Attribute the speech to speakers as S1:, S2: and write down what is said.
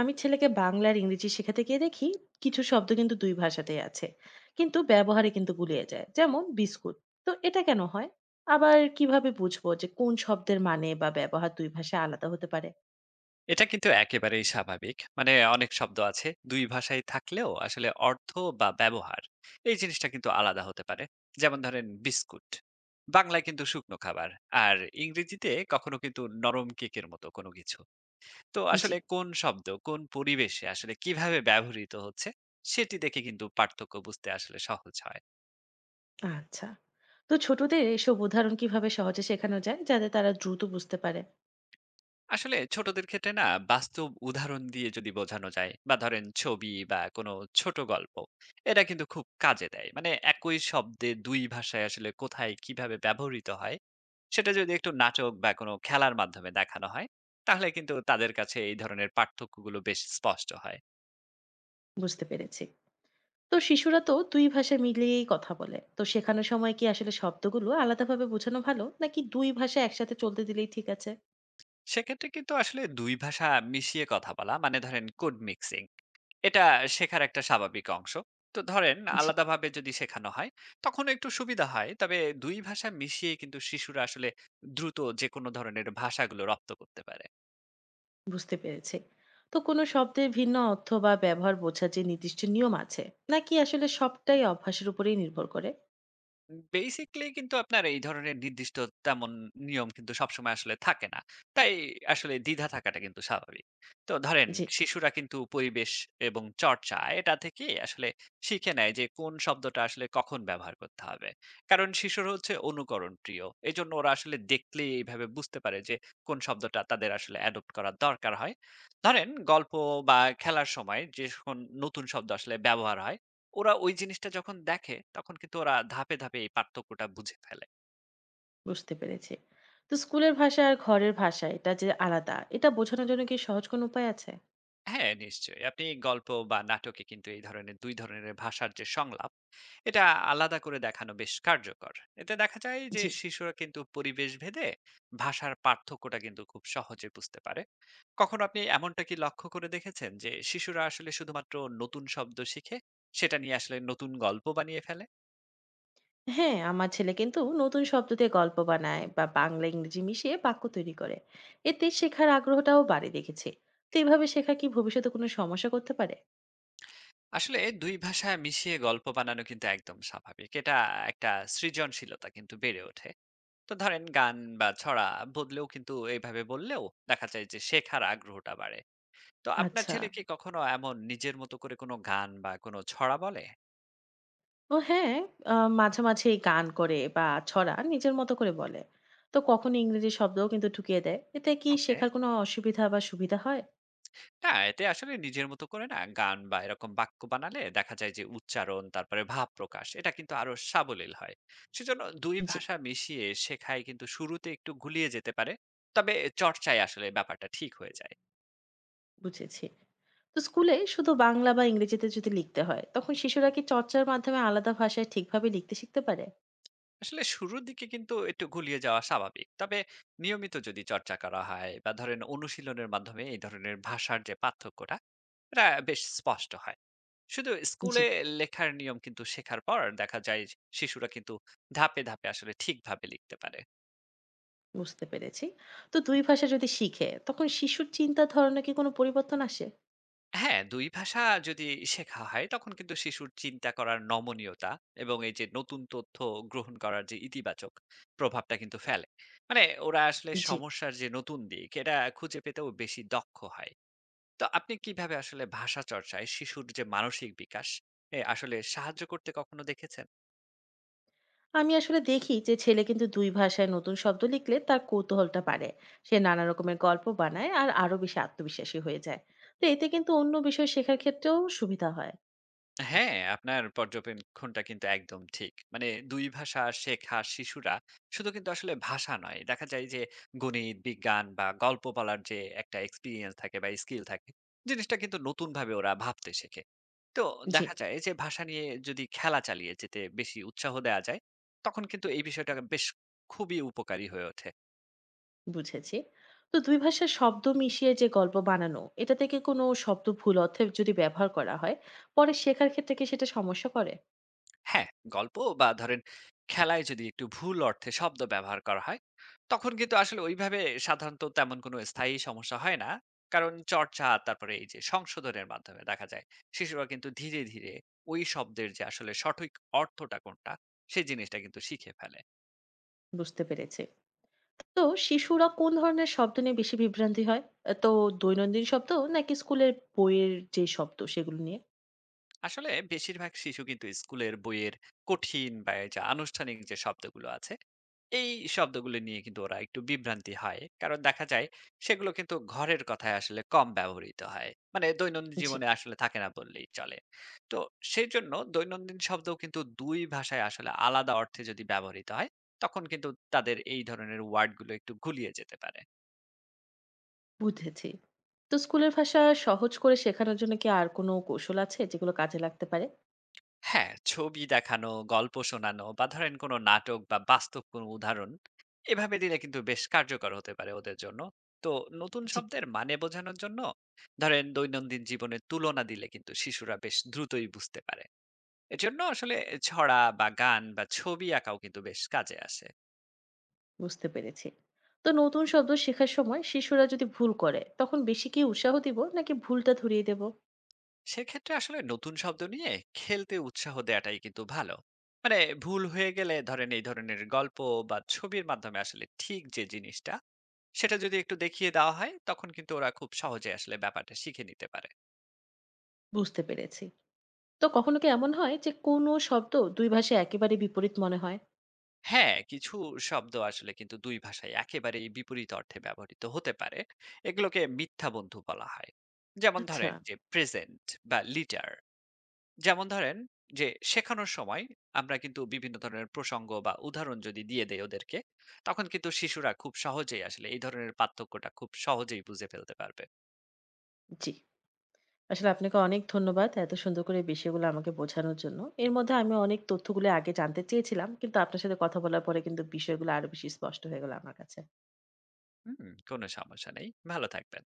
S1: আমি ছেলেকে বাংলা আর ইংরেজি শেখাতে গিয়ে দেখি কিছু শব্দ কিন্তু দুই ভাষাতেই আছে, কিন্তু ব্যবহারে কিন্তু গুলিয়ে যায়, যেমন বিস্কুট। তো এটা কেন হয়? আবার কিভাবে বুঝবো যে কোন শব্দের মানে বা ব্যবহার দুই ভাষায় আলাদা হতে পারে?
S2: এটা কিন্তু একেবারেই স্বাভাবিক। মানে অনেক শব্দ আছে। ২ ভাষায় থাকলেও আসলে অর্থ বা ব্যবহার এই জিনিসটা কিন্তু আলাদা হতে পারে। যেমন ধরেন বিস্কুট। বাংলায় কিন্তু শুকনো খাবার। আর ইংরেজিতে কখনো কিন্তু নরম কেকের মতো কোনো কিছু। তো
S1: জি।
S2: আসলে কোন শব্দ কোন পরিবেশে আসলে কিভাবে ব্যবহৃত হচ্ছে সেটি দেখে কিন্তু পার্থক্য বুঝতে আসলে সহজ হয়।
S1: আচ্ছা, তো ছোটদের এসব উদাহরণ কিভাবে সহজে শেখানো যায় যাতে তারা দ্রুত বুঝতে পারে?
S2: আসলে ছোটদের ক্ষেত্রে না বাস্তব উদাহরণ দিয়ে যদি বোঝানো যায় বা ধরেন ছবি বা কোনো ছোট গল্প এটা কিন্তু খুব কাজে দেয়, মানে একই শব্দে দুই ভাষায় আসলে কোথায় কিভাবে ব্যবহৃত হয় সেটা যদি একটু নাটক বা কোনো খেলার মাধ্যমে দেখানো হয় তাহলে কিন্তু তাদের কাছে এই ধরনের পার্থক্যগুলো বেশ স্পষ্ট হয়।
S1: বুঝতে পেরেছি। তো শিশুরা তো দুই ভাষা মিলিয়েই কথা বলে, তো শেখানোর সময় কি আসলে শব্দগুলো আলাদাভাবে বোঝানো ভালো, নাকি দুই ভাষা একসাথে চলতে দিলেই ঠিক আছে?
S2: সেক্ষেত্রে কিন্তু আসলে ২ ভাষা মিশিয়ে কথা বলা মানে ধরেন কোড মিক্সিং। এটা শেখার একটা স্বাভাবিক অংশ। তো ধরেন
S1: জি।
S2: আলাদাভাবে যদি শেখানো হয় তখন একটু সুবিধা হয়। তবে ২ ভাষা মিশিয়ে কিন্তু শিশুরা আসলে দ্রুত যেকোনো ধরনের ভাষাগুলো রপ্ত করতে পারে।
S1: বুঝতে পেরেছি। তো কোনো শব্দের ভিন্ন অর্থ বা ব্যবহার বোঝার যে নির্দিষ্ট নিয়ম আছে, নাকি আসলে সবটাই অভ্যাসের উপরেই নির্ভর করে?
S2: বেসিক্যালি কিন্তু আপনার এই ধরনের নির্দিষ্ট তেমন নিয়ম কিন্তু সবসময় আসলে থাকে না। তাই আসলে দ্বিধা থাকাটা কিন্তু স্বাভাবিক। তো ধরেন
S1: জি।
S2: শিশুরা কিন্তু পরিবেশ এবং চর্চা এটা থেকেই আসলে শিখে নেয় যে কোন শব্দটা আসলে কখন ব্যবহার করতে হবে। কারণ শিশুরা হচ্ছে অনুকরণ প্রিয়। এজন্য ওরা আসলে দেখলেই এইভাবে বুঝতে পারে যে কোন শব্দটা তাদের আসলে অ্যাডপ্ট করার দরকার হয়। ধরেন গল্প বা খেলার সময় যখন নতুন শব্দ আসলে ব্যবহার হয়, ওরা ওই জিনিসটা যখন দেখে তখন কিন্তু ওরা ধাপে, ধাপে এই পার্থক্যটা বুঝে ফেলে।
S1: বুঝতে পেরেছি। তো স্কুলের ভাষা আর ঘরের ভাষা এটা যে আলাদা, এটা বোঝানোর জন্য কি সহজ কোনো উপায় আছে?
S2: হ্যাঁ, নিশ্চয়ই। আপনি গল্প বা নাটকে কিন্তু এই ধরনের ২ ধরনের ভাষার যে সংলাপ, এটা আলাদা করে দেখানো বেশ কার্যকর। এতে দেখা যায় যে
S1: জি।
S2: শিশুরা কিন্তু পরিবেশ ভেদে ভাষার পার্থক্যটা কিন্তু খুব সহজে বুঝতে পারে। কখনো আপনি এমনটা কি লক্ষ্য করে দেখেছেন যে শিশুরা আসলে শুধুমাত্র নতুন শব্দ শিখে সেটা নিয়ে আসলে নতুন গল্প বানিয়ে ফেলে?
S1: হ্যাঁ, আমার ছেলে কিন্তু নতুন শব্দ দিয়ে গল্প বানায় বা বাংলা ইংরেজি মিশিয়ে বাক্য তৈরি করে। এতে শেখার আগ্রহটাও বাড়ে দেখেছে। তো এভাবে শেখা কি ভবিষ্যতে কোনো সমস্যা করতে পারে?
S2: আসলে ২ ভাষা মিশিয়ে গল্প বানানো কিন্তু একদম স্বাভাবিক। এটা একটা সৃজনশীলতা কিন্তু বেড়ে ওঠে। তো ধরেন গান বা ছড়া বদলেও কিন্তু এভাবে বললেও দেখা যায় যে শেখার আগ্রহটা বাড়ে। তো আপনার
S1: আচ্ছা।
S2: ছেলে কি কখনো এমন নিজের মতো করে কোনো গান বা কোনো ছড়া বলে?
S1: ও হ্যাঁ, আ মাঝে, মাঝেই গান করে বা ছড়া নিজের মতো করে বলে। তো কখনো ইংরেজি শব্দও কিন্তু ঢুকিয়ে দেয়। এতে কি
S2: ওকে।
S1: শেখার কোনো অসুবিধা বা সুবিধা হয়?
S2: না, এতে আসলে নিজের মতো করে না গান বা এরকম বাক্য বানালে দেখা যায় যে উচ্চারণ, তারপরে ভাব প্রকাশ এটা কিন্তু আরো সাবলীল হয়। সেজন্য দুই
S1: জি।
S2: ভাষা মিশিয়ে শেখায় কিন্তু শুরুতে একটু গুলিয়ে যেতে পারে, তবে চর্চায় আসলে ব্যাপারটা ঠিক হয়ে যায়।
S1: বুঝেছি। তো স্কুলে শুধু বাংলা বা ইংরেজিতে যদি লিখতে হয়, তখন শিশুরা কি চর্চার মাধ্যমে আলাদা ভাষায় ঠিকভাবে লিখতে শিখতে পারে?
S2: আসলে শুরুর দিকে কিন্তু একটু গুলিয়ে যাওয়া স্বাভাবিক, তবে নিয়মিত যদি চর্চা করা হয় বা ধরেন অনুশীলনের মাধ্যমে এই ধরনের ভাষার যে পার্থক্যটা এটা বেশ স্পষ্ট হয়। শুধু
S1: জি।
S2: স্কুলে লেখার নিয়ম কিন্তু শেখার পর দেখা যায় যে শিশুরা কিন্তু ধাপে ধাপে আসলে ঠিকভাবে লিখতে পারে।
S1: বুঝতে পেরেছি। তো ২ ভাষা যদি শিখে, তখন শিশুর চিন্তার ধরনে কি কোনো পরিবর্তন আসে?
S2: হ্যাঁ, দুই ভাষা যদি শেখা হয় তখন কিন্তু শিশুর চিন্তা করার নমনীয়তা এবং এই যে নতুন তথ্য গ্রহণ করার যে ইতিবাচক প্রভাবটা কিন্তু ফেলে, মানে ওরা আসলে
S1: জি।
S2: সমস্যার যে নতুন দিক এটা খুঁজে পেতেও বেশি দক্ষ হয়। তো আপনি কিভাবে আসলে ভাষা চর্চায় শিশুর যে মানসিক বিকাশ এ আসলে সাহায্য করতে কখনো দেখেছেন?
S1: আমি আসলে দেখি যে ছেলে কিন্তু দুই ভাষায় নতুন শব্দ লিখলে তার কৌতূহলটা বাড়ে। সে নানা রকমের গল্প বানায় আর আরো বেশি আত্মবিশ্বাসী হয়ে যায়। তো এতে কিন্তু অন্য বিষয় শেখার ক্ষেত্রেও সুবিধা হয়।
S2: হ্যাঁ, আপনার পর্যবেক্ষণটা কিন্তু একদম ঠিক। মানে ২ ভাষা শেখা শিশুরা শুধু কিন্তু আসলে ভাষা নয়। দেখা যায় যে গণিত, বিজ্ঞান বা গল্প বলার যে একটা এক্সপেরিয়েন্স থাকে বা স্কিল থাকে, জিনিসটা কিন্তু নতুনভাবে ওরা ভাবতে শেখে। তো
S1: জি।
S2: দেখা যায় যে ভাষা নিয়ে যদি খেলা চালিয়ে যেতে বেশি উৎসাহ দেয়া যায়, তখন কিন্তু এই বিষয়টা বেশ খুবই উপকারী হয়ে ওঠে।
S1: বুঝেছি। তো দুই ভাষার শব্দ মিশিয়ে যে গল্প বানানো, এটা থেকে কোনো শব্দ ভুল অর্থে যদি ব্যবহার করা হয়, পরে শেখার ক্ষেত্রে কি সেটা সমস্যা করে?
S2: হ্যাঁ, গল্প বা ধরেন খেলায় যদি একটু ভুল অর্থে শব্দ ব্যবহার করা হয় তখন কিন্তু আসলে ওইভাবে সাধারণত তেমন কোনো স্থায়ী সমস্যা হয় না। কারণ চর্চা, তারপরে এই যে সংশোধনের মাধ্যমে দেখা যায় শিশুরা কিন্তু ধীরে ধীরে ওই শব্দের যে আসলে সঠিক অর্থটা কোনটা সেই জিনিসটা কিন্তু শিখে ফেলে।
S1: বুঝতে পেরেছে। তো শিশুরা কোন ধরনের শব্দ নিয়ে বেশি বিভ্রান্তি হয়? তো দৈনন্দিন শব্দ, নাকি স্কুলের বইয়ের যে শব্দ সেগুলো নিয়ে?
S2: আসলে বেশিরভাগ শিশু কিন্তু স্কুলের বইয়ের কঠিন বা এই যে আনুষ্ঠানিক যে শব্দগুলো আছে এই শব্দগুলো নিয়ে কিন্তু ওরা একটু বিভ্রান্তি হয়, কারণ দেখা যায় সেগুলো কিন্তু ঘরের কথায় আসলে কম ব্যবহৃত হয়, মানে দৈনন্দিন
S1: জি।
S2: জীবনে আসলে থাকে না বললেই চলে। তো সেই জন্য দৈনন্দিন শব্দ কিন্তু দুই ভাষায় আসলে আলাদা অর্থে যদি ব্যবহৃত হয় তখন কিন্তু তাদের এই ধরনের ওয়ার্ডগুলো একটু গুলিয়ে যেতে পারে।
S1: বুঝেছি। তো স্কুলের ভাষা সহজ করে শেখানোর জন্য কি আর কোনো কৌশল আছে যেগুলো কাজে লাগতে পারে?
S2: হ্যাঁ, ছবি দেখানো, গল্প শোনানো বা ধরেন কোনো নাটক বা বাস্তব কোনো উদাহরণ এভাবে দিলে কিন্তু বেশ কার্যকর হতে পারে ওদের জন্য। তো নতুন
S1: জি।
S2: শব্দের মানে বোঝানোর জন্য ধরেন দৈনন্দিন জীবনের তুলনা দিলে কিন্তু শিশুরা বেশ দ্রুতই বুঝতে পারে। এজন্য আসলে ছড়া বা গান বা ছবি আঁকাও কিন্তু বেশ কাজে আসে।
S1: বুঝতে পেরেছি। তো নতুন শব্দ শেখার সময় শিশুরা যদি ভুল করে, তখন বেশি কি উৎসাহ দিব নাকি ভুলটা ধরিয়ে দেব?
S2: সেক্ষেত্রে আসলে নতুন শব্দ নিয়ে খেলতে উৎসাহ দেওয়াটাই কিন্তু ভালো। মানে ভুল হয়ে গেলে ধরেন এই ধরনের গল্প বা ছবির মাধ্যমে আসলে ঠিক যে জিনিসটা সেটা যদি একটু দেখিয়ে দেওয়া হয় তখন কিন্তু ওরা খুব সহজে আসলে ব্যাপারটা শিখে নিতে পারে।
S1: বুঝতে পেরেছি। তো কখনো কি এমন হয় যে কোনো শব্দ ২ ভাষায় একেবারে বিপরীত মনে হয়?
S2: হ্যাঁ, কিছু শব্দ আসলে কিন্তু দুই ভাষায় একেবারেই বিপরীত অর্থে ব্যবহৃত হতে পারে, এগুলোকে মিথ্যা বন্ধু বলা হয়। যেমন
S1: আচ্ছা।
S2: ধরেন যে প্রেজেন্ট বা লিটার। যেমন ধরেন যে শেখানোর সময় আমরা কিন্তু বিভিন্ন ধরনের প্রসঙ্গ বা উদাহরণ যদি দিয়ে দেই ওদেরকে তখন কিন্তু শিশুরা খুব সহজেই আসলে এই ধরনের পার্থক্যটা খুব সহজেই বুঝে ফেলতে পারবে।
S1: জি। আসলে আপনাকে অনেক ধন্যবাদ এত সুন্দর করে বিষয়গুলো আমাকে বোঝানোর জন্য। এর মধ্যে আমি অনেক তথ্যগুলো আগে জানতে চেয়েছিলাম, কিন্তু আপনার সাথে কথা বলার পরে কিন্তু বিষয়গুলো আরো বেশি স্পষ্ট হয়ে গেল আমার কাছে।
S2: হুম, কোনো সমস্যা নেই, ভালো থাকবেন।